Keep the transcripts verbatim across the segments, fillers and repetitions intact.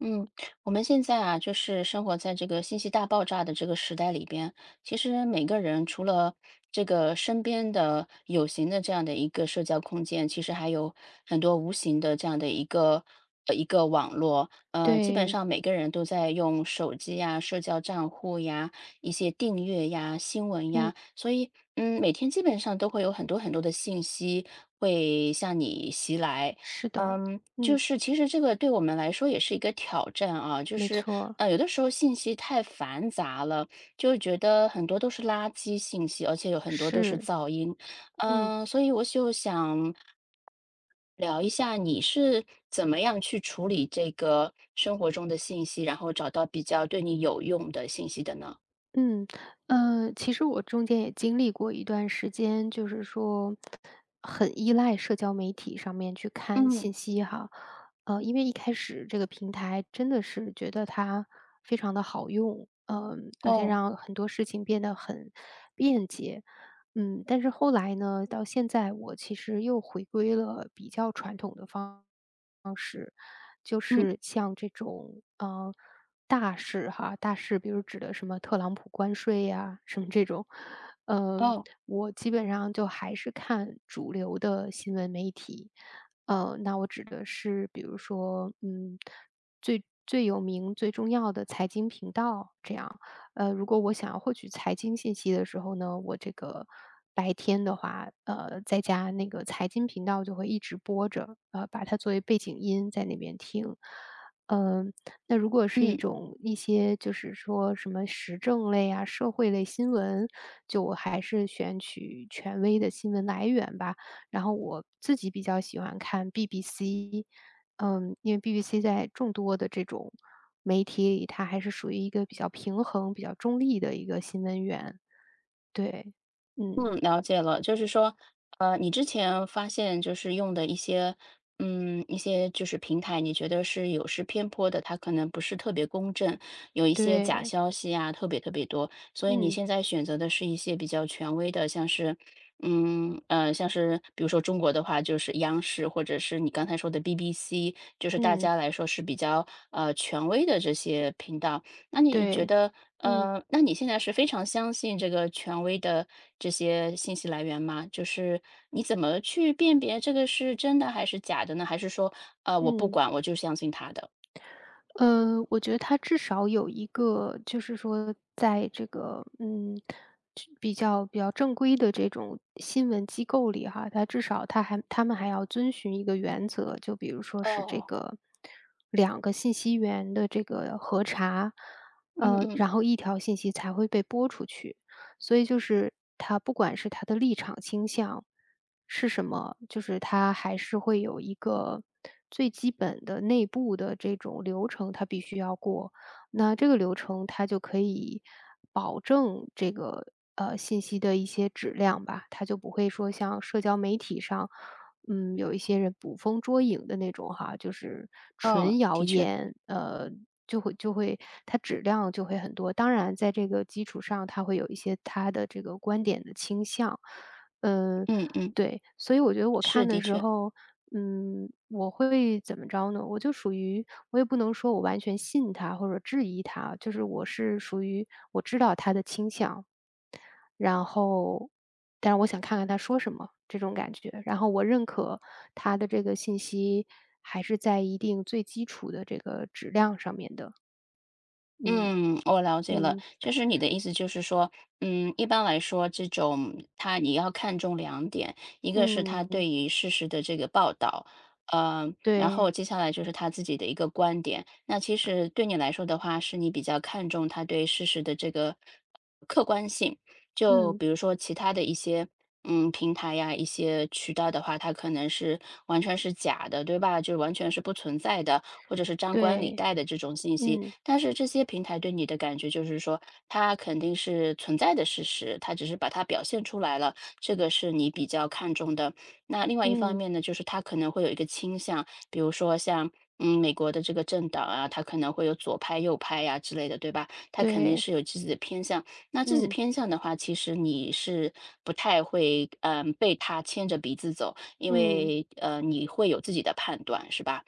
嗯，我们现在啊，就是生活在这个信息大爆炸的这个时代里边。其实每个人除了这个身边的有形的这样的一个社交空间，其实还有很多无形的这样的一个呃一个网络。呃，基本对，上每个人都在用手机呀、社交账户呀、一些订阅呀、新闻嗯，呀，所以嗯，每天基本上都会有很多很多的信息会向你袭来。是的，嗯，就嗯，是其实这个对我们来说也是一个挑战啊，就没是错，呃，有的时候信息太繁杂了，就会觉得很多都是垃圾信息，而且有很多都是是，噪音，嗯嗯，所以我就想聊一下你是怎么样去处理这个生活中的信息，然后找到比较对你有用的信息的呢？嗯，呃，其实我中间也经历过一段时间，就是说很依赖社交媒体上面去看嗯，信息哈。呃，因为一开始这个平台真的是觉得它非常的好用，嗯、而且哦，让很多事情变得很便捷。嗯，但是后来呢，到现在我其实又回归了比较传统的方。方式，就嗯，是像这种嗯，大事哈，大事比如指的什么特朗普关税呀、什么这种。呃，哦，我基本上就还是看主流的新闻媒体。呃，那我指的是比如说，嗯，最最有名、最重要的财经频道这样。呃，如果我想要获取财经信息的时候呢，我这个白天的话，呃，在家那个财经频道就会一直播着，呃，把它作为背景音在那边听。嗯、那如果是一嗯。种一些就是说什么时政类啊、社会类新闻，就我还是选取权威的新闻来源吧。然后我自己比较喜欢看 B B C，嗯，因为 B B C 在众多的这种媒体里，它还是属于一个比较平衡、比较中立的一个新闻源。对，嗯，嗯，了解了，就是说，呃，你之前发现就是用的一些，嗯，一些就是平台，你觉得是有失偏颇的，它可能不是特别公正，有一些假对，消息啊，特别特别多，所以你嗯，现在选择的是一些比较权威的，像是，嗯，呃，像是比如说中国的话，就是央视或者是你刚才说的 B B C,就是大嗯，家来说是比较呃权威的这些频道。那你觉对，得，嗯，呃，那你现在是非常相信这个权威的这些信息来源吗？就是你怎么去辨别这个是真的还是假的呢？还是说，呃，我不嗯。管，我就相信他的？呃，我觉得他至少有一个，就是说在这个，嗯，就比较比较正规的这种新闻机构里哈，他至少他还他们还要遵循一个原则，就比如说是这哦，个两个信息源的这个核查。嗯呃，嗯，然后一条信息才会被播出去。所以就是他不管是他的立场倾向是什么，就是他还是会有一个最基本的内部的这种流程，他必须要过。那这个流程他就可以保证这个呃信息的一些质量吧，他就不会说像社交媒体上嗯，有一些人捕风捉影的那种哈，就是哦，纯谣的确，言。呃，就会就会它质量就会很多。当然，在这个基础上，它会有一些它的这个观点的倾向，嗯，嗯嗯，对。所以我觉得我是看的的时确。候，嗯，我会怎么着呢？我就属于我也不能说我完全信他或者质疑他，就是我是属于我知道他的倾向，然后，但是我想看看他说什么这种感觉。然后我认可他的这个信息还是在一定最基础的这个质量上面的。嗯嗯，我了解了，嗯就是你的意思就是说，嗯，一般来说，这种他你要看重两点，一个是他嗯，对于事实的这个报道，呃，然后对，接下来就是他自己的一个观点。那其实对你来说的话，是你比较看重他对事实的这个客观性。就嗯比如说其他的一些，嗯，平台呀，一些渠道的话，它可能是完全是假的，对吧？就完全是不存在的，或者是张冠李对，戴的这种信息。嗯但是这些平台对你的感觉就是说，它肯定是存在的事实，它只是把它表现出来了，这个是你比较看重的。那另外一方嗯面呢，就是它可能会有一个倾向，比如说像。嗯，美国的这个政党啊，它可能会有左派、右派呀、之类的，对吧？它肯定对，是有自己的偏向。那自己嗯偏向的话，其实你是不太会，嗯，被他牵着鼻子走，因嗯为呃，你会有自己的判断，是吧？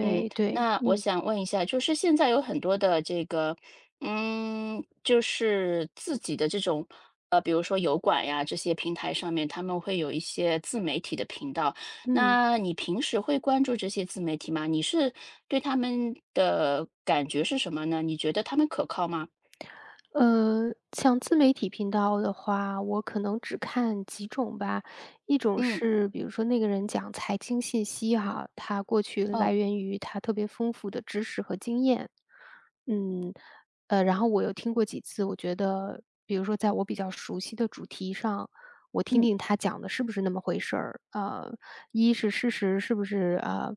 嗯，对，那我嗯想问一下，就是现在有很多的这个，嗯，就是自己的这种，呃，比如说油管呀这些平台上面，他们会有一些自媒体的频道。嗯。那你平时会关注这些自媒体吗？你是对他们的感觉是什么呢？你觉得他们可靠吗？呃，像自媒体频道的话，我可能只看几种吧。一种嗯，是比如说那个人讲财经信息哈，他过去来哦，源于他特别丰富的知识和经验。嗯，呃，然后我又听过几次，我觉得比如说在我比较熟悉的主题上，我听嗯听他讲的是不是那么回事儿。呃，一是事实是不是呃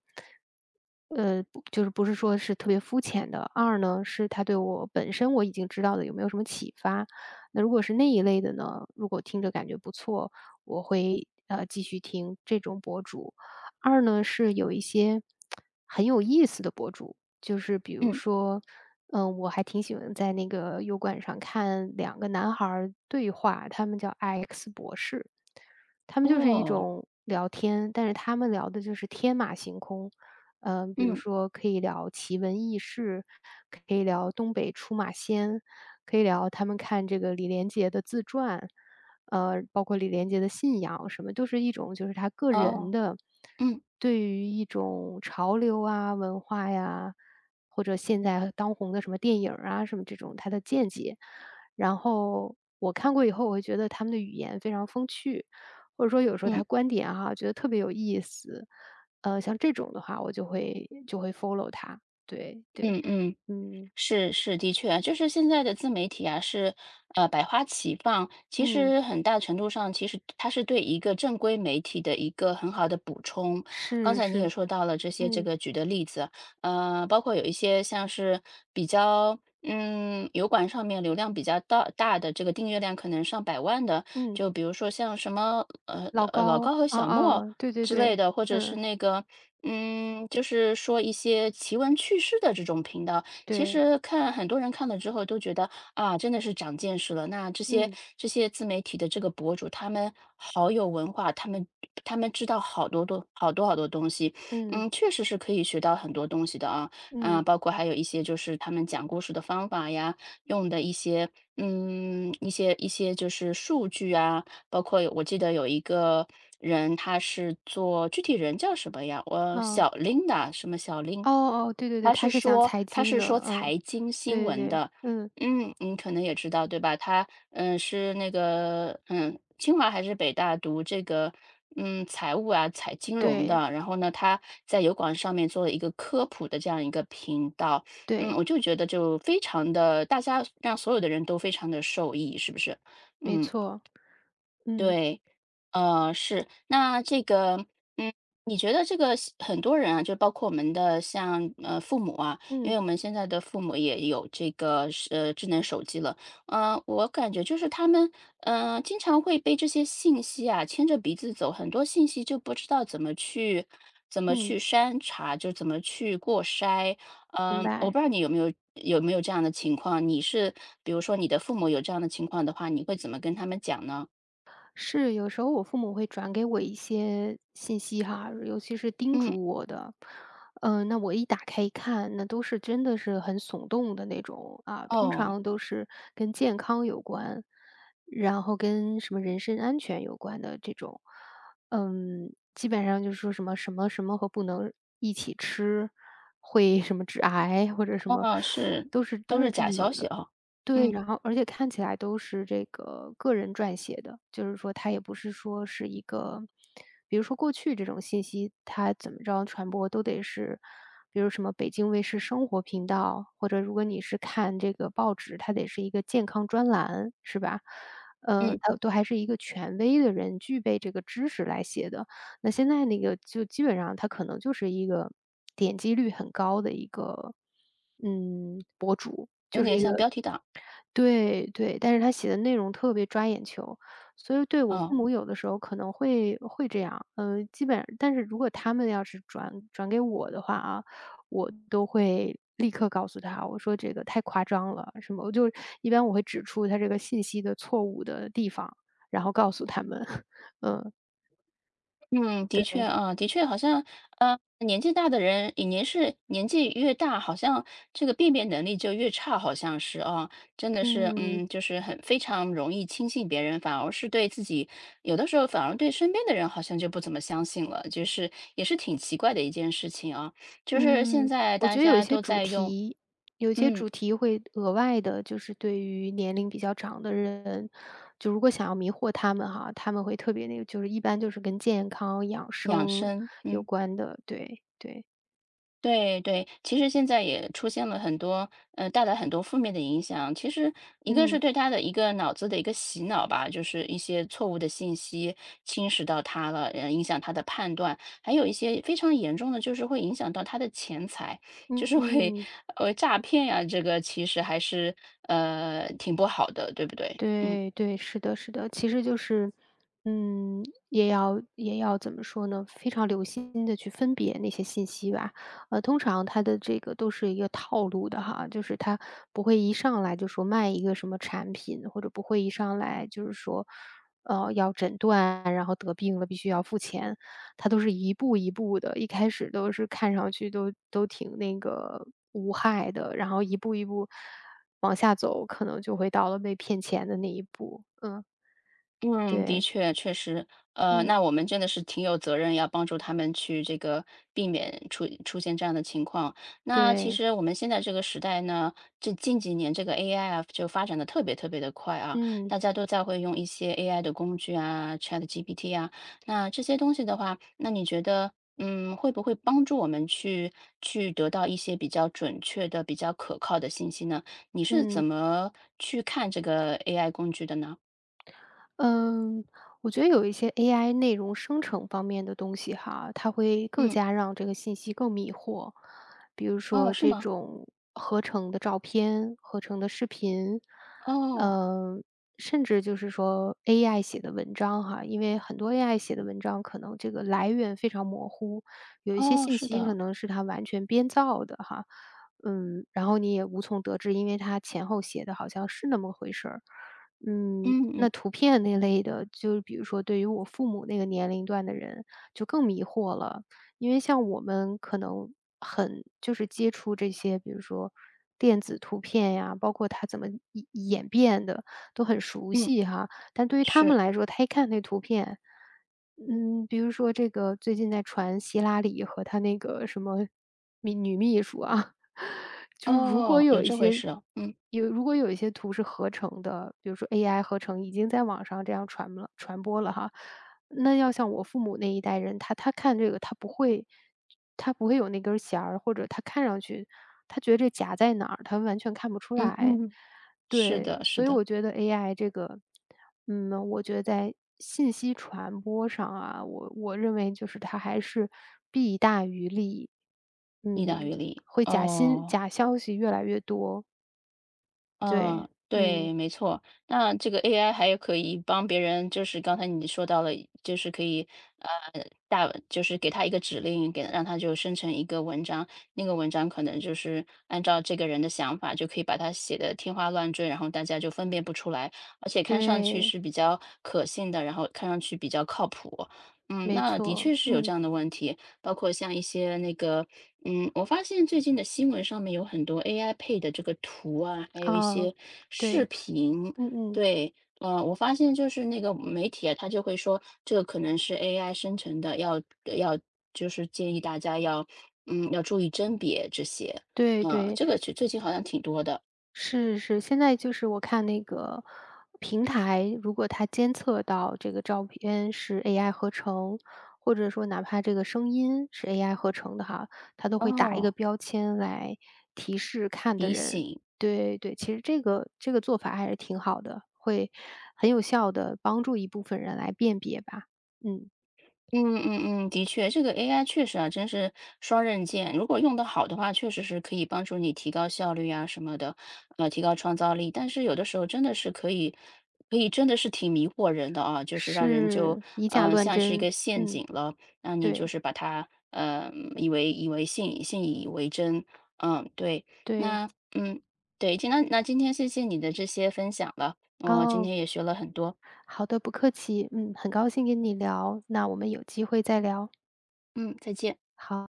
呃，不就是不是说是特别肤浅的。二呢，是他对我本身我已经知道的有没有什么启发。那如果是那一类的呢，如果听着感觉不错，我会呃继续听这种博主。二呢，是有一些很有意思的博主，就是比如嗯，说，嗯，我还挺喜欢在那个油管上看两个男孩儿对话，他们叫 X 博士，他们就是一哦，种聊天，但是他们聊的就是天马行空。嗯，比如嗯，说可以聊奇闻异事，可以聊东北出马仙，可以聊他们看这个李连杰的自传。呃，包括李连杰的信仰什么，都是一种就是他个人哦，的嗯对于一种潮流啊、文化呀，或者现在当红的什么电影儿啊什么这种他的见解。然后我看过以后，我会觉得他们的语言非常风趣，或者说有时候嗯他观点哈、觉得特别有意思。呃，像这种的话，我就会就会 follow 他。对对，嗯嗯嗯。嗯是是，的确啊，就是现在的自媒体啊，是呃百花齐放。其嗯，实很大程度上，其实它是对一个正规媒体的一个很好的补充。刚是才你也是，说到了这些，这嗯个举的例子，呃，包括有一些像是比较。嗯，油管上面流量比较大大的这个订阅量可能上百万的，嗯。就比如说像什么呃老呃老高高，和哦小莫哦，对对之类对，的，或者是嗯，那个嗯，就是说一些奇闻趣事的这种频道，其对，实看很多人看了之后都觉得啊，真的是长见识了。那这些嗯这些自媒体的这个博主，他们好有文化，他们他们知道好多多好多好多东西，嗯嗯，确实是可以学到很多东西的啊啊，嗯，包括还有一些就是他们讲故事的方法呀，用的一些嗯一些一些就是数据啊，包括有我记得有一个人他是做具体人叫什么呀？我嗯，小琳达什么小琳。哦哦，对对对，他他是是讲说财他经是说的，嗯，财经新对对闻对，的。嗯，嗯，你可能也知道，对吧？他，嗯，是那个，嗯，清华还是北大读这个，嗯，财务啊，财金融对的。然后呢，他在油管上面做了一个科普的这样一个频道。嗯，对，我就觉得就非常的，大家让所有的人都非常的受益，是不是？没嗯。错，嗯对，呃，是。那这个，嗯，你觉得这个西很多人啊，就包括我们的像呃父母啊，因嗯为我们现在的父母也有这个是呃智能手机了，呃，我感觉就是他们呃经常会被这些信息啊牵着鼻子走，很多信息就不知道怎么去怎么嗯，去筛查，就怎么去过筛。明嗯、我不白。知道你有没有有没有这样的情况，你是比如说你的父母有这样的情况的话，你会怎么跟他们讲呢？是，有时候我父母会转给我一些信息哈，尤其是叮嗯。嘱我的。嗯，那我一打开一看，那都是真的是很耸动的那种啊，通哦，常都是跟健康有关，然后跟什么人身安全有关的这种。嗯，基本上就是说什么什么什么和不能一起吃，会什么致癌或者什么，哦，是，都是都都是是这假样消息的。哦。对，嗯，然后而且看起来都是这个个人撰写的，就是说它也不是说是一个，比如说过去这种信息，它怎么着传播都得是，比如什么北京卫视生活频道，或者如果你是看这个报纸，它得是一个健康专栏，是吧？嗯，嗯，它都还是一个权威的人具备这个知识来写的。那现在那个就基本上它可能就是一个点击率很高的一个，嗯，博主，有就是点一像个标题党，对对，但是他写的内容特别抓眼球，所以对我父哦。母有的时候可能会会这样。嗯，基本但是如果他们要是转转给我的话啊，我都会立刻告诉他，我说这个太夸张了，什么，我就一般我会指出他这个信息的错误的地方，然后告诉他们，嗯，嗯，的确对，啊，的确好像，呃，年纪大的人，也年是年纪越大，好像这个辨别能力就越差，好像是啊。真的是，嗯。嗯，就是很非常容易轻信别人，反而是对自己有的时候反而对身边的人好像就不怎么相信了，就是也是挺奇怪的一件事情啊。就是现嗯，在我大觉得有一家些都主在用题，有一些嗯，主题会额外的，就是对于年龄比较长的人，就如果想要迷惑他们哈，他们会特别那个，就是一般就是跟健康养养生生，有嗯。关的，对对，对对，其实现在也出现了很多，呃，带来很多负面的影响。其实一个是嗯对他的一个脑子的一个洗脑吧，就是一些错误的信息侵蚀到他了，呃，影响他的判断。还有一些非常严重的，就是会影响到他的钱财，就是会嗯。呃诈骗呀、这个其实还是呃挺不好的，对不对？嗯。对对，是的是的。其实就是，嗯，也要也要怎么说呢，非常留心的去分别那些信息吧。呃，通常它的这个都是一个套路的哈，就是它不会一上来就说卖一个什么产品，或者不会一上来就是说，呃，要诊断，然后得病了必须要付钱。它都是一步一步的，一开始都是看上去都都挺那个无害的，然后一步一步往下走，可能就会到了被骗钱的那一步。嗯，嗯，的对，确，确实，呃，那嗯，我们真的是挺有责任，要帮助他们去这个避免出出现这样的情况。那其对，实我们现在这个时代呢，这近几年这个 A I 啊，就发展的特别特别的快啊，嗯，大家都在会用一些 A I 的工具啊，chat G P T 啊，那这些东西的话，那你觉得，嗯，会不会帮助我们去去得到一些比较准确的、比较可靠的信息呢？你是怎嗯。么去看这个 A I 工具的呢？嗯，我觉得有一些 A I 内容生成方面的东西哈，它会更嗯。加让这个信息更迷惑。比如哦，说是这吗？种合成的照片、合成的视频。哦，嗯，甚至就是说 A I 写的文章哈，因为很多 A I 写的文章可能这个来源非常模糊，有一些哦，信是息可的，能是它完全编造的哈。嗯，然后你也无从得知，因为它前后写的好像是那么回事儿。嗯，嗯嗯那图片那类的，就是比如说对于我父母那个年龄段的人，就更迷惑了。因为像我们可能很就是接触这些，比如说电子图片呀，包括它怎么演演变的嗯，哈。但对于他们是，来说，他一看那图片，嗯，比如说这个最近在传希拉里和她那个什么秘女秘书啊，就是如果哦，有有一这回些事哦，嗯有如果有一些图是合成的，比如说 A I 合成已经在网上这样传了传播了哈，那要像我父母那一代人，他他看这个他不会他不会有那根弦儿，或者他看上去他觉得这夹在哪儿，他完全看不出嗯来。嗯，嗯是对，的，是所以的，我觉得 A I 这个，嗯，我觉得在信息传播上啊，我我认为就是它还是弊大于利。意大于嗯，利，会假新哦。假消息越来越多，嗯，对，嗯，对，没错。那这个 A I 还有可以帮别人，就是刚才你说到了，就是可以呃大，就是给他一个指令，给让他就生成一个文章，那个文章可能就是按照这个人的想法，就可以把它写的天花乱坠，然后大家就分辨不出来，而且看上去对，是比较可信的，然后看上去比较靠谱。嗯，没那的错，确是有这嗯，样的问题，包括像一些那个嗯，我发现最近的新闻上面有很多 A I 配的这个图啊，还有一啊，些视对，频。嗯嗯，对，呃，我发现就是那个媒体啊，他就会说这个可能是 A I 生成的，要呃要就是建议大家要嗯要注意甄别这些。对嗯、对。这个是最近好像挺多的是是，现在就是我看那个平台，如果它监测到这个照片是 A I 合成，或者说哪怕这个声音是 A I 合成的哈，它都会打一个哦，标签来提示看的提人。醒。对对，其实这个这个做法还是挺好的，会很有效的帮助一部分人来辨别吧。嗯，嗯嗯嗯，的确，这个 A I 确实啊，真是双刃剑。如果用得好的话，确实是可以帮助你提高效率啊什么的，呃，提高创造力。但是有的时候真的是可以，可以真的是挺迷惑人的啊，就是让人就是以假嗯、呃乱像是一真。个陷嗯，阱了，让你就对是把它嗯以为以为信信以为真。嗯，对，对，那嗯对，今那那今天谢谢你的这些分享了，我今哦。天也学了很多。好的，不客气。嗯，很高兴跟你聊，那我们有机会再聊。嗯，再见。好。